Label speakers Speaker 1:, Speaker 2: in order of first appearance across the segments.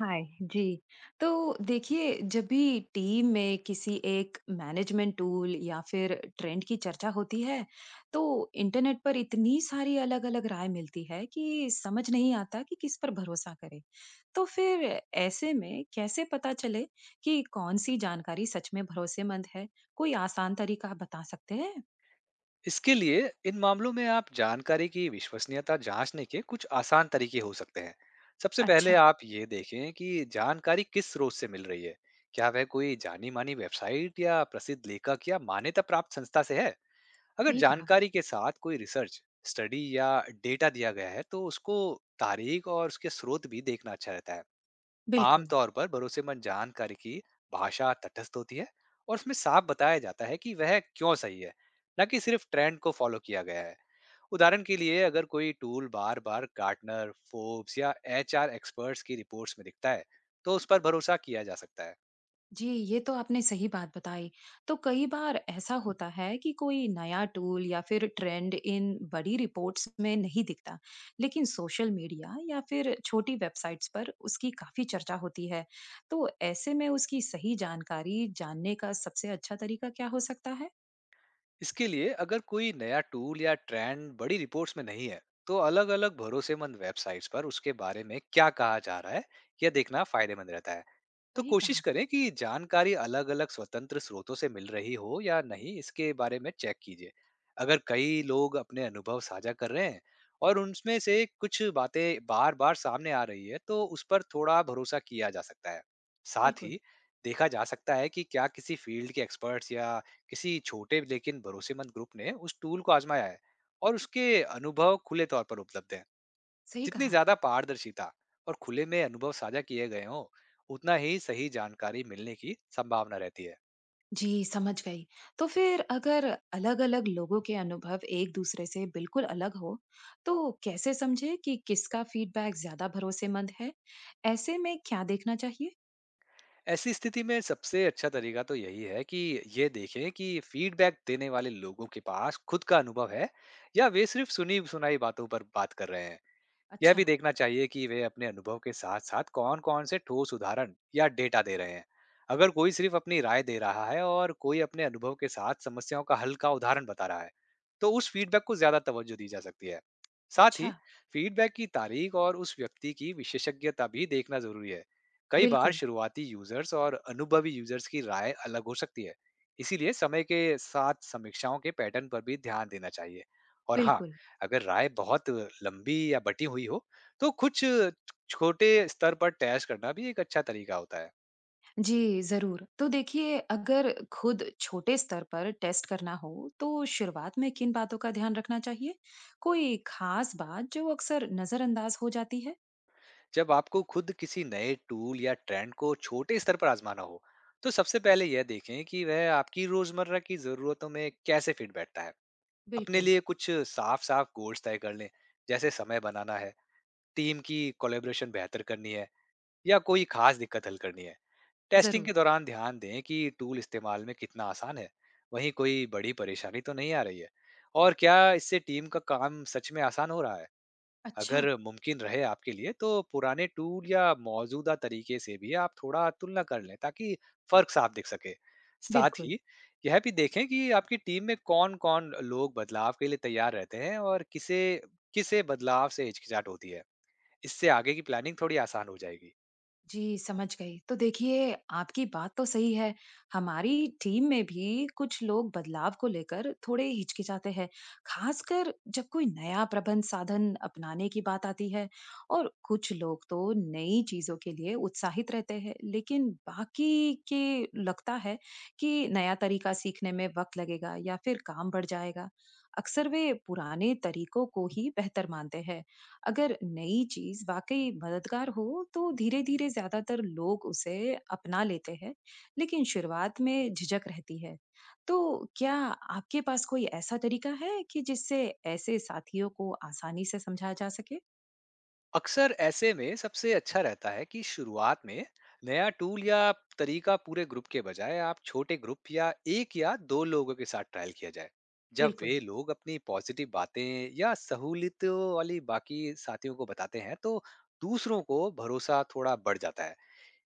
Speaker 1: हाय। जी। तो देखिए, जब भी टीम में किसी एक मैनेजमेंट टूल या फिर ट्रेंड की चर्चा होती है, तो इंटरनेट पर इतनी सारी अलग-अलग राय मिलती है कि समझ नहीं आता कि किस पर भरोसा करे। तो फिर ऐसे में कैसे पता चले कि कौन सी जानकारी सच में भरोसेमंद है? कोई आसान तरीका आप बता सकते हैं?
Speaker 2: इसके लिए इन मामलों में आप जानकारी की विश्वसनीयता जांचने के कुछ आसान तरीके हो सकते हैं। सबसे पहले
Speaker 1: अच्छा।
Speaker 2: आप ये देखें कि जानकारी किस स्रोत से मिल रही है। क्या वह कोई जानी मानी वेबसाइट या प्रसिद्ध लेखक या मान्यता प्राप्त संस्था से है। अगर
Speaker 1: सही कहा।
Speaker 2: जानकारी के साथ कोई रिसर्च स्टडी या डेटा दिया गया है तो उसको तारीख और उसके स्रोत भी देखना अच्छा रहता है।
Speaker 1: बिल्कुल।
Speaker 2: आमतौर पर भरोसेमंद जानकारी की भाषा तटस्थ होती है, और उसमें साफ बताया जाता है कि वह क्यों सही है, न कि सिर्फ ट्रेंड को फॉलो किया गया है। उदाहरण के लिए अगर कोई टूल बार बार गार्टनर, फोर्ब्स या एचआर एक्सपर्ट्स की रिपोर्ट्स में दिखता है तो उस पर भरोसा किया जा सकता है।
Speaker 1: जी, ये तो आपने सही बात बताई। तो कई बार ऐसा होता है कि कोई नया टूल या फिर ट्रेंड इन बड़ी रिपोर्ट्स में नहीं दिखता, लेकिन सोशल मीडिया या फिर छोटी वेबसाइट्स पर उसकी काफ़ी चर्चा होती है। तो ऐसे में उसकी सही जानकारी जानने का सबसे अच्छा तरीका क्या हो सकता है?
Speaker 2: इसके लिए अगर कोई नया टूल या ट्रेंड बड़ी रिपोर्ट्स में नहीं है, तो अलग अलग भरोसेमंद वेबसाइट्स पर उसके बारे में क्या कहा जा रहा है यह देखना फायदेमंद रहता है। तो
Speaker 1: सही
Speaker 2: कोशिश
Speaker 1: कहा।
Speaker 2: करें कि जानकारी अलग अलग स्वतंत्र स्रोतों से मिल रही हो या नहीं, इसके बारे में चेक कीजिए। अगर कई लोग अपने अनुभव साझा कर रहे हैं और उनमें से कुछ बातें बार बार सामने आ रही है तो उस पर थोड़ा भरोसा किया जा सकता है। साथ
Speaker 1: बिल्कुल।
Speaker 2: ही देखा जा सकता है कि क्या किसी फील्ड के एक्सपर्ट्स या किसी छोटे लेकिन भरोसेमंद ग्रुप ने उस टूल को आजमाया है और उसके अनुभव खुले तौर पर उपलब्ध हैं।
Speaker 1: सही
Speaker 2: जितनी
Speaker 1: कहा।
Speaker 2: ज्यादा पारदर्शिता और खुले में अनुभव साझा किए गए हों, उतना ही सही जानकारी मिलने की संभावना रहती है।
Speaker 1: जी, समझ गई। तो फिर अगर अलग-अलग लोगों के अनुभव एक दूसरे से बिल्कुल अलग हो, तो कैसे समझे कि किसका फीडबैक ज़्यादा भरोसेमंद है? ऐसे में क्या देखना चाहिए?
Speaker 2: ऐसी स्थिति में सबसे अच्छा तरीका तो यही है कि ये देखें कि फीडबैक देने वाले लोगों के पास खुद का अनुभव है, या वे सिर्फ सुनी सुनाई बातों पर बात कर रहे हैं। यह
Speaker 1: अच्छा।
Speaker 2: भी देखना चाहिए कि वे अपने अनुभव के साथ साथ कौन कौन से ठोस उदाहरण या डेटा दे रहे हैं। अगर कोई सिर्फ अपनी राय दे रहा है और कोई अपने अनुभव के साथ समस्याओं का हल का उदाहरण बता रहा है, तो उस फीडबैक को ज्यादा तवज्जो दी जा सकती है। साथ ही
Speaker 1: अच्छा।
Speaker 2: फीडबैक की तारीख और उस व्यक्ति की विशेषज्ञता भी देखना जरूरी है। कई बार
Speaker 1: बिल्कुल।
Speaker 2: शुरुआती यूजर्स और अनुभवी यूजर्स की राय अलग हो सकती है, इसीलिए समय के साथ समीक्षाओं के पैटर्न पर भी ध्यान देना चाहिए। और हाँ,
Speaker 1: बिल्कुल।
Speaker 2: अगर राय बहुत लंबी या बटी हुई हो तो कुछ छोटे स्तर पर तय करना भी एक अच्छा तरीका होता है।
Speaker 1: जी, ज़रूर। तो देखिए, अगर खुद छोटे स्तर पर टेस्ट करना हो, तो शुरुआत में किन बातों का ध्यान रखना चाहिए? कोई खास बात जो अक्सर नज़रअंदाज हो जाती है?
Speaker 2: जब आपको खुद किसी नए टूल या ट्रेंड को छोटे स्तर पर आजमाना हो, तो सबसे पहले यह देखें कि वह आपकी रोजमर्रा की जरूरतों में कैसे फिट बैठता है। अपने
Speaker 1: बिल्कुल।
Speaker 2: लिए कुछ साफ साफ गोल्स तय कर लें, जैसे समय बनाना है, टीम की कोलेब्रेशन बेहतर करनी है, या कोई खास दिक्कत हल करनी है। टेस्टिंग के
Speaker 1: ज़रूर।
Speaker 2: दौरान ध्यान दें कि टूल इस्तेमाल में कितना आसान है, वहीं कोई बड़ी परेशानी तो नहीं आ रही है। और क्या इससे टीम का काम सच में आसान हो रहा है?
Speaker 1: अच्छा।
Speaker 2: अगर मुमकिन रहे आपके लिए, तो पुराने टूल या मौजूदा तरीके से भी आप थोड़ा तुलना कर लें ताकि फर्क साफ दिख सके। साथ
Speaker 1: बिल्कुल।
Speaker 2: ही यह भी देखें कि आपकी टीम में कौन-कौन लोग बदलाव के लिए तैयार रहते हैं और किसे किसे बदलाव से हिचकिचाहट होती है। इससे आगे की प्लानिंग थोड़ी आसान हो जाएगी।
Speaker 1: जी, समझ गई। तो देखिए, आपकी बात तो सही है। हमारी टीम में भी कुछ लोग बदलाव को लेकर थोड़े हिचकिचाते हैं, खासकर जब कोई नया प्रबंध साधन अपनाने की बात आती है। और कुछ लोग तो नई चीज़ों के लिए उत्साहित रहते हैं, लेकिन बाकी के लगता है कि नया तरीका सीखने में वक़्त लगेगा या फिर काम बढ़ जाएगा। अक्सर वे पुराने तरीकों को ही बेहतर मानते हैं। अगर नई चीज वाकई मददगार हो तो धीरे धीरे ज्यादातर लोग उसे अपना लेते हैं, लेकिन शुरुआत में झिझक रहती है। तो क्या आपके पास कोई ऐसा तरीका है कि जिससे ऐसे साथियों को आसानी से समझाया जा सके?
Speaker 2: अक्सर ऐसे में सबसे अच्छा रहता है कि शुरुआत में नया टूल या तरीका पूरे ग्रुप के बजाय आप छोटे ग्रुप या एक या दो लोगों के साथ ट्रायल किया जाए। जब
Speaker 1: बिल्कुल।
Speaker 2: वे लोग अपनी पॉजिटिव बातें या सहूलियतों वाली बाकी साथियों को बताते हैं तो दूसरों को भरोसा थोड़ा बढ़ जाता है।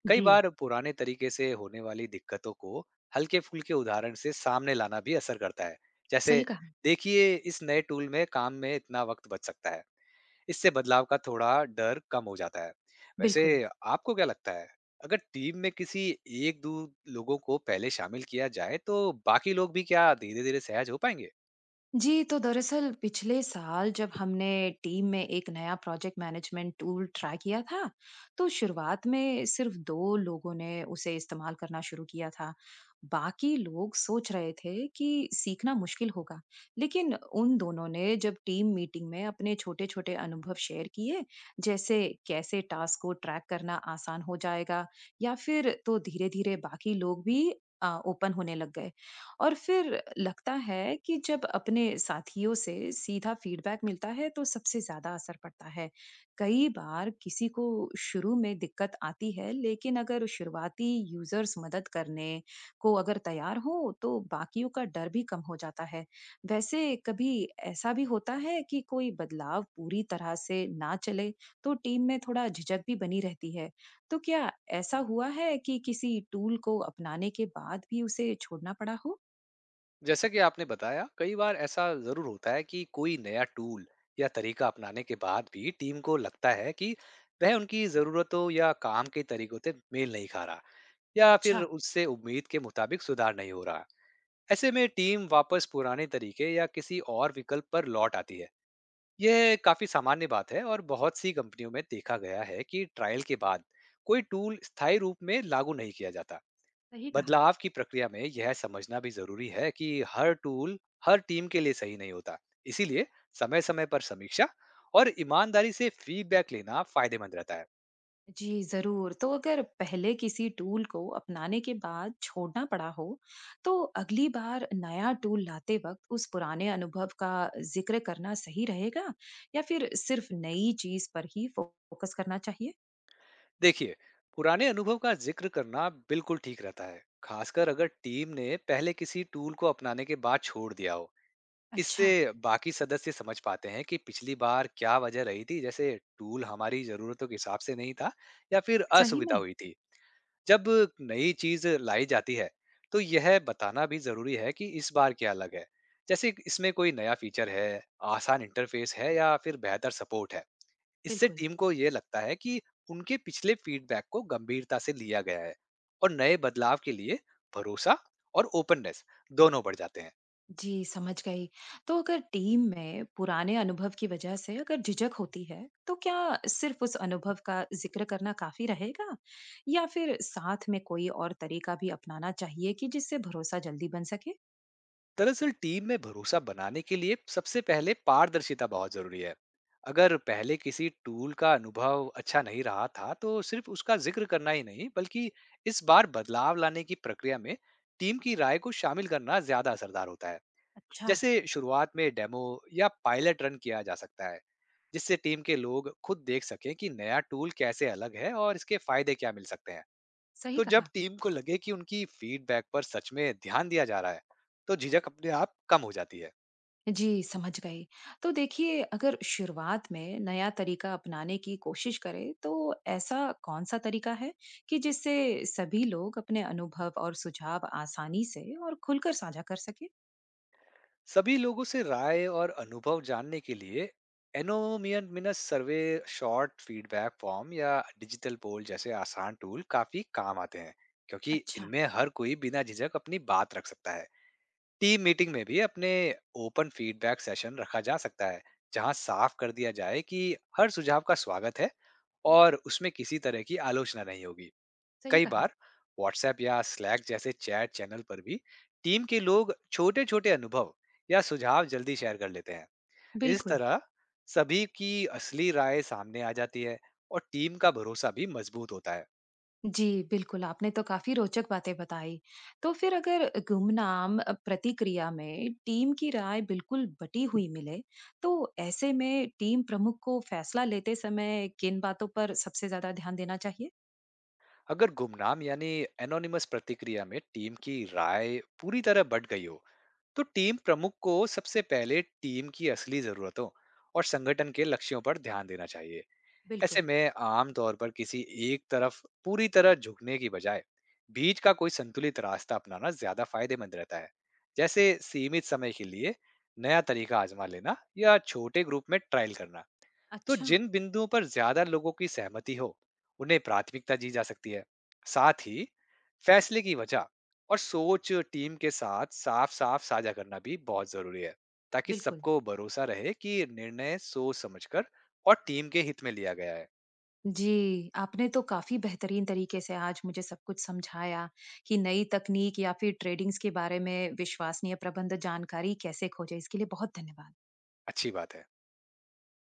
Speaker 2: कई
Speaker 1: जी।
Speaker 2: बार पुराने तरीके से होने वाली दिक्कतों को हल्के फुल्के उदाहरण से सामने लाना भी असर करता है।
Speaker 1: सही
Speaker 2: जैसे,
Speaker 1: कहा।
Speaker 2: देखिए इस नए टूल में काम में इतना वक्त बच सकता है, इससे बदलाव का थोड़ा डर कम हो जाता है। वैसे
Speaker 1: बिल्कुल।
Speaker 2: आपको क्या लगता है, अगर टीम में किसी एक दो लोगों को पहले शामिल किया जाए तो बाकी लोग भी क्या धीरे धीरे सहज हो पाएंगे?
Speaker 1: जी, तो दरअसल पिछले साल जब हमने टीम में एक नया प्रोजेक्ट मैनेजमेंट टूल ट्राई किया था, तो शुरुआत में सिर्फ दो लोगों ने उसे इस्तेमाल करना शुरू किया था। बाकी लोग सोच रहे थे कि सीखना मुश्किल होगा, लेकिन उन दोनों ने जब टीम मीटिंग में अपने छोटे-छोटे अनुभव शेयर किए, जैसे कैसे टास्क को ट्रैक करना आसान हो जाएगा, या फिर तो धीरे-धीरे बाकी लोग भी ओपन होने लग गए। और फिर लगता है कि जब अपने साथियों से सीधा फीडबैक मिलता है तो सबसे ज्यादा असर पड़ता है। कई बार किसी को शुरू में दिक्कत आती है, लेकिन अगर शुरुआती यूजर्स मदद करने को अगर तैयार हो तो बाकियों का डर भी कम हो जाता है। वैसे कभी ऐसा भी होता है कि कोई बदलाव पूरी तरह से ना चले, तो टीम में थोड़ा झिझक भी बनी रहती है। तो क्या ऐसा हुआ है कि किसी टूल को अपनाने के बाद भी उसे छोड़ना पड़ा हो?
Speaker 2: जैसा कि आपने बताया, कई बार ऐसा जरूर होता है कि कोई नया टूल या तरीका अपनाने के बाद भी टीम को लगता है कि वह उनकी जरूरतों या काम के तरीकों से मेल नहीं खा रहा, या फिर
Speaker 1: अच्छा।
Speaker 2: उससे उम्मीद के मुताबिक सुधार नहीं हो रहा। ऐसे में टीम वापस पुराने तरीके या किसी और विकल्प पर लौट आती है। यह काफी सामान्य बात है, और बहुत सी कंपनियों में देखा गया है कि ट्रायल के बाद कोई टूल स्थायी रूप में लागू नहीं किया जाता।
Speaker 1: सही कहा।
Speaker 2: बदलाव की प्रक्रिया में यह समझना भी जरूरी है कि हर टूल हर टीम के लिए सही नहीं होता। इसीलिए समय समय पर समीक्षा और ईमानदारी से फीडबैक लेना फायदेमंद रहता है।
Speaker 1: जी, ज़रूर। तो अगर पहले किसी टूल को अपनाने के बाद छोड़ना पड़ा हो, तो अगली बार नया टूल लाते वक़्त उस पुराने अनुभव का ज़िक्र करना सही रहेगा या फिर सिर्फ़ नई चीज़ पर ही फ़ोकस करना चाहिए?
Speaker 2: देखिए, पुराने अनुभव का जिक्र करना बिल्कुल ठीक रहता है, खासकर अगर टीम ने पहले किसी टूल को अपनाने के बाद छोड़ दिया हो। इससे
Speaker 1: अच्छा।
Speaker 2: बाकी सदस्य समझ पाते हैं कि पिछली बार क्या वजह रही थी, जैसे टूल हमारी जरूरतों के हिसाब से नहीं था या फिर
Speaker 1: सही
Speaker 2: असुविधा
Speaker 1: में?
Speaker 2: हुई थी। जब नई चीज लाई जाती है तो यह बताना भी जरूरी है कि इस बार क्या अलग है, जैसे इसमें कोई नया फीचर है, आसान इंटरफेस है या फिर बेहतर सपोर्ट है। इससे
Speaker 1: बिल्कुल।
Speaker 2: टीम को यह लगता है कि उनके पिछले फीडबैक को गंभीरता से लिया गया है, और नए बदलाव के लिए भरोसा और ओपननेस दोनों बढ़ जाते हैं।
Speaker 1: जी, समझ गई। तो अगर टीम में पुराने अनुभव की वजह से अगर झिझक होती है, तो क्या सिर्फ उस अनुभव का ज़िक्र करना काफ़ी रहेगा? या फिर साथ में कोई और तरीका भी अपनाना चाहिए कि जिससे भरोसा जल्दी बन सके?
Speaker 2: दरअसल टीम में भरोसा बनाने के लिए सबसे पहले पारदर्शिता बहुत जरूरी है। अगर पहले किसी टूल का अनुभव अच्छा नहीं रहा था तो सिर्फ उसका जिक्र करना ही नहीं, बल्कि इस बार बदलाव लाने की प्रक्रिया में टीम की राय को शामिल करना ज्यादा असरदार होता है।
Speaker 1: अच्छा।
Speaker 2: जैसे शुरुआत में डेमो या पायलट रन किया जा सकता है, जिससे टीम के लोग खुद देख सकें कि नया टूल कैसे अलग है और इसके फायदे क्या मिल सकते हैं।
Speaker 1: सही
Speaker 2: तो जब
Speaker 1: कहा।
Speaker 2: टीम को लगे कि उनकी फीडबैक पर सच में ध्यान दिया जा रहा है, तो झिझक अपने आप कम हो जाती है।
Speaker 1: जी, समझ गई। तो देखिए, अगर शुरुआत में नया तरीका अपनाने की कोशिश करें, तो ऐसा कौन-सा तरीका है कि जिससे सभी लोग अपने अनुभव और सुझाव आसानी से और खुलकर साझा कर सके?
Speaker 2: सभी लोगों से राय और अनुभव जानने के लिए anonymous survey, short feedback form या डिजिटल पोल जैसे आसान टूल काफी काम आते हैं, क्योंकि
Speaker 1: अच्छा।
Speaker 2: इनमें हर कोई बिना झिझक अपनी बात रख सकता है। टीम मीटिंग में भी अपने ओपन फीडबैक सेशन रखा जा सकता है, जहां साफ कर दिया जाए कि हर सुझाव का स्वागत है और उसमें किसी तरह की आलोचना नहीं होगी।
Speaker 1: सही
Speaker 2: कई
Speaker 1: कहा।
Speaker 2: बार व्हाट्सएप या स्लैक जैसे चैट चैनल पर भी टीम के लोग छोटे छोटे अनुभव या सुझाव जल्दी शेयर कर लेते हैं। इस
Speaker 1: बिल्कुल।
Speaker 2: तरह सभी की असली राय सामने आ जाती है, और टीम का भरोसा भी मजबूत होता है।
Speaker 1: जी। बिल्कुल आपने तो काफी रोचक बातें बताई। तो फिर अगर गुमनाम प्रतिक्रिया में टीम की राय बिल्कुल बटी हुई मिले, तो ऐसे में टीम प्रमुख को फैसला लेते समय किन बातों पर सबसे ज्यादा ध्यान देना चाहिए?
Speaker 2: अगर गुमनाम यानी एनोनिमस प्रतिक्रिया में टीम की राय पूरी तरह बट गई हो, तो टीम प्रमुख को सबसे पहले टीम की असली जरूरतों और संगठन के लक्ष्यों पर ध्यान देना चाहिए। ऐसे
Speaker 1: बिल्कुल।
Speaker 2: में आम तौर पर किसी एक तरफ पूरी तरह झुकने की बजाय बीच का कोई संतुलित रास्ता अपनाना ज्यादा फायदेमंद रहता है, जैसे सीमित समय के लिए नया तरीका आजमा लेना या छोटे ग्रुप में ट्रायल करना। तो
Speaker 1: अच्छा।
Speaker 2: जिन बिंदुओं पर ज्यादा लोगों की सहमति हो उन्हें प्राथमिकता दी जा सकती है। साथ ही फैसले की वजह और सोच टीम के साथ साफ साफ साझा करना भी बहुत जरूरी है, ताकि
Speaker 1: बिल्कुल।
Speaker 2: सबको भरोसा रहे कि निर्णय सोच समझकर और टीम के हित में लिया गया है।
Speaker 1: जी, आपने तो काफी बेहतरीन तरीके से आज मुझे सब कुछ समझाया कि नई तकनीक या फिर ट्रेडिंग्स के बारे में विश्वसनीय प्रबंध जानकारी कैसे खोजे। इसके लिए बहुत धन्यवाद।
Speaker 2: अच्छी बात है।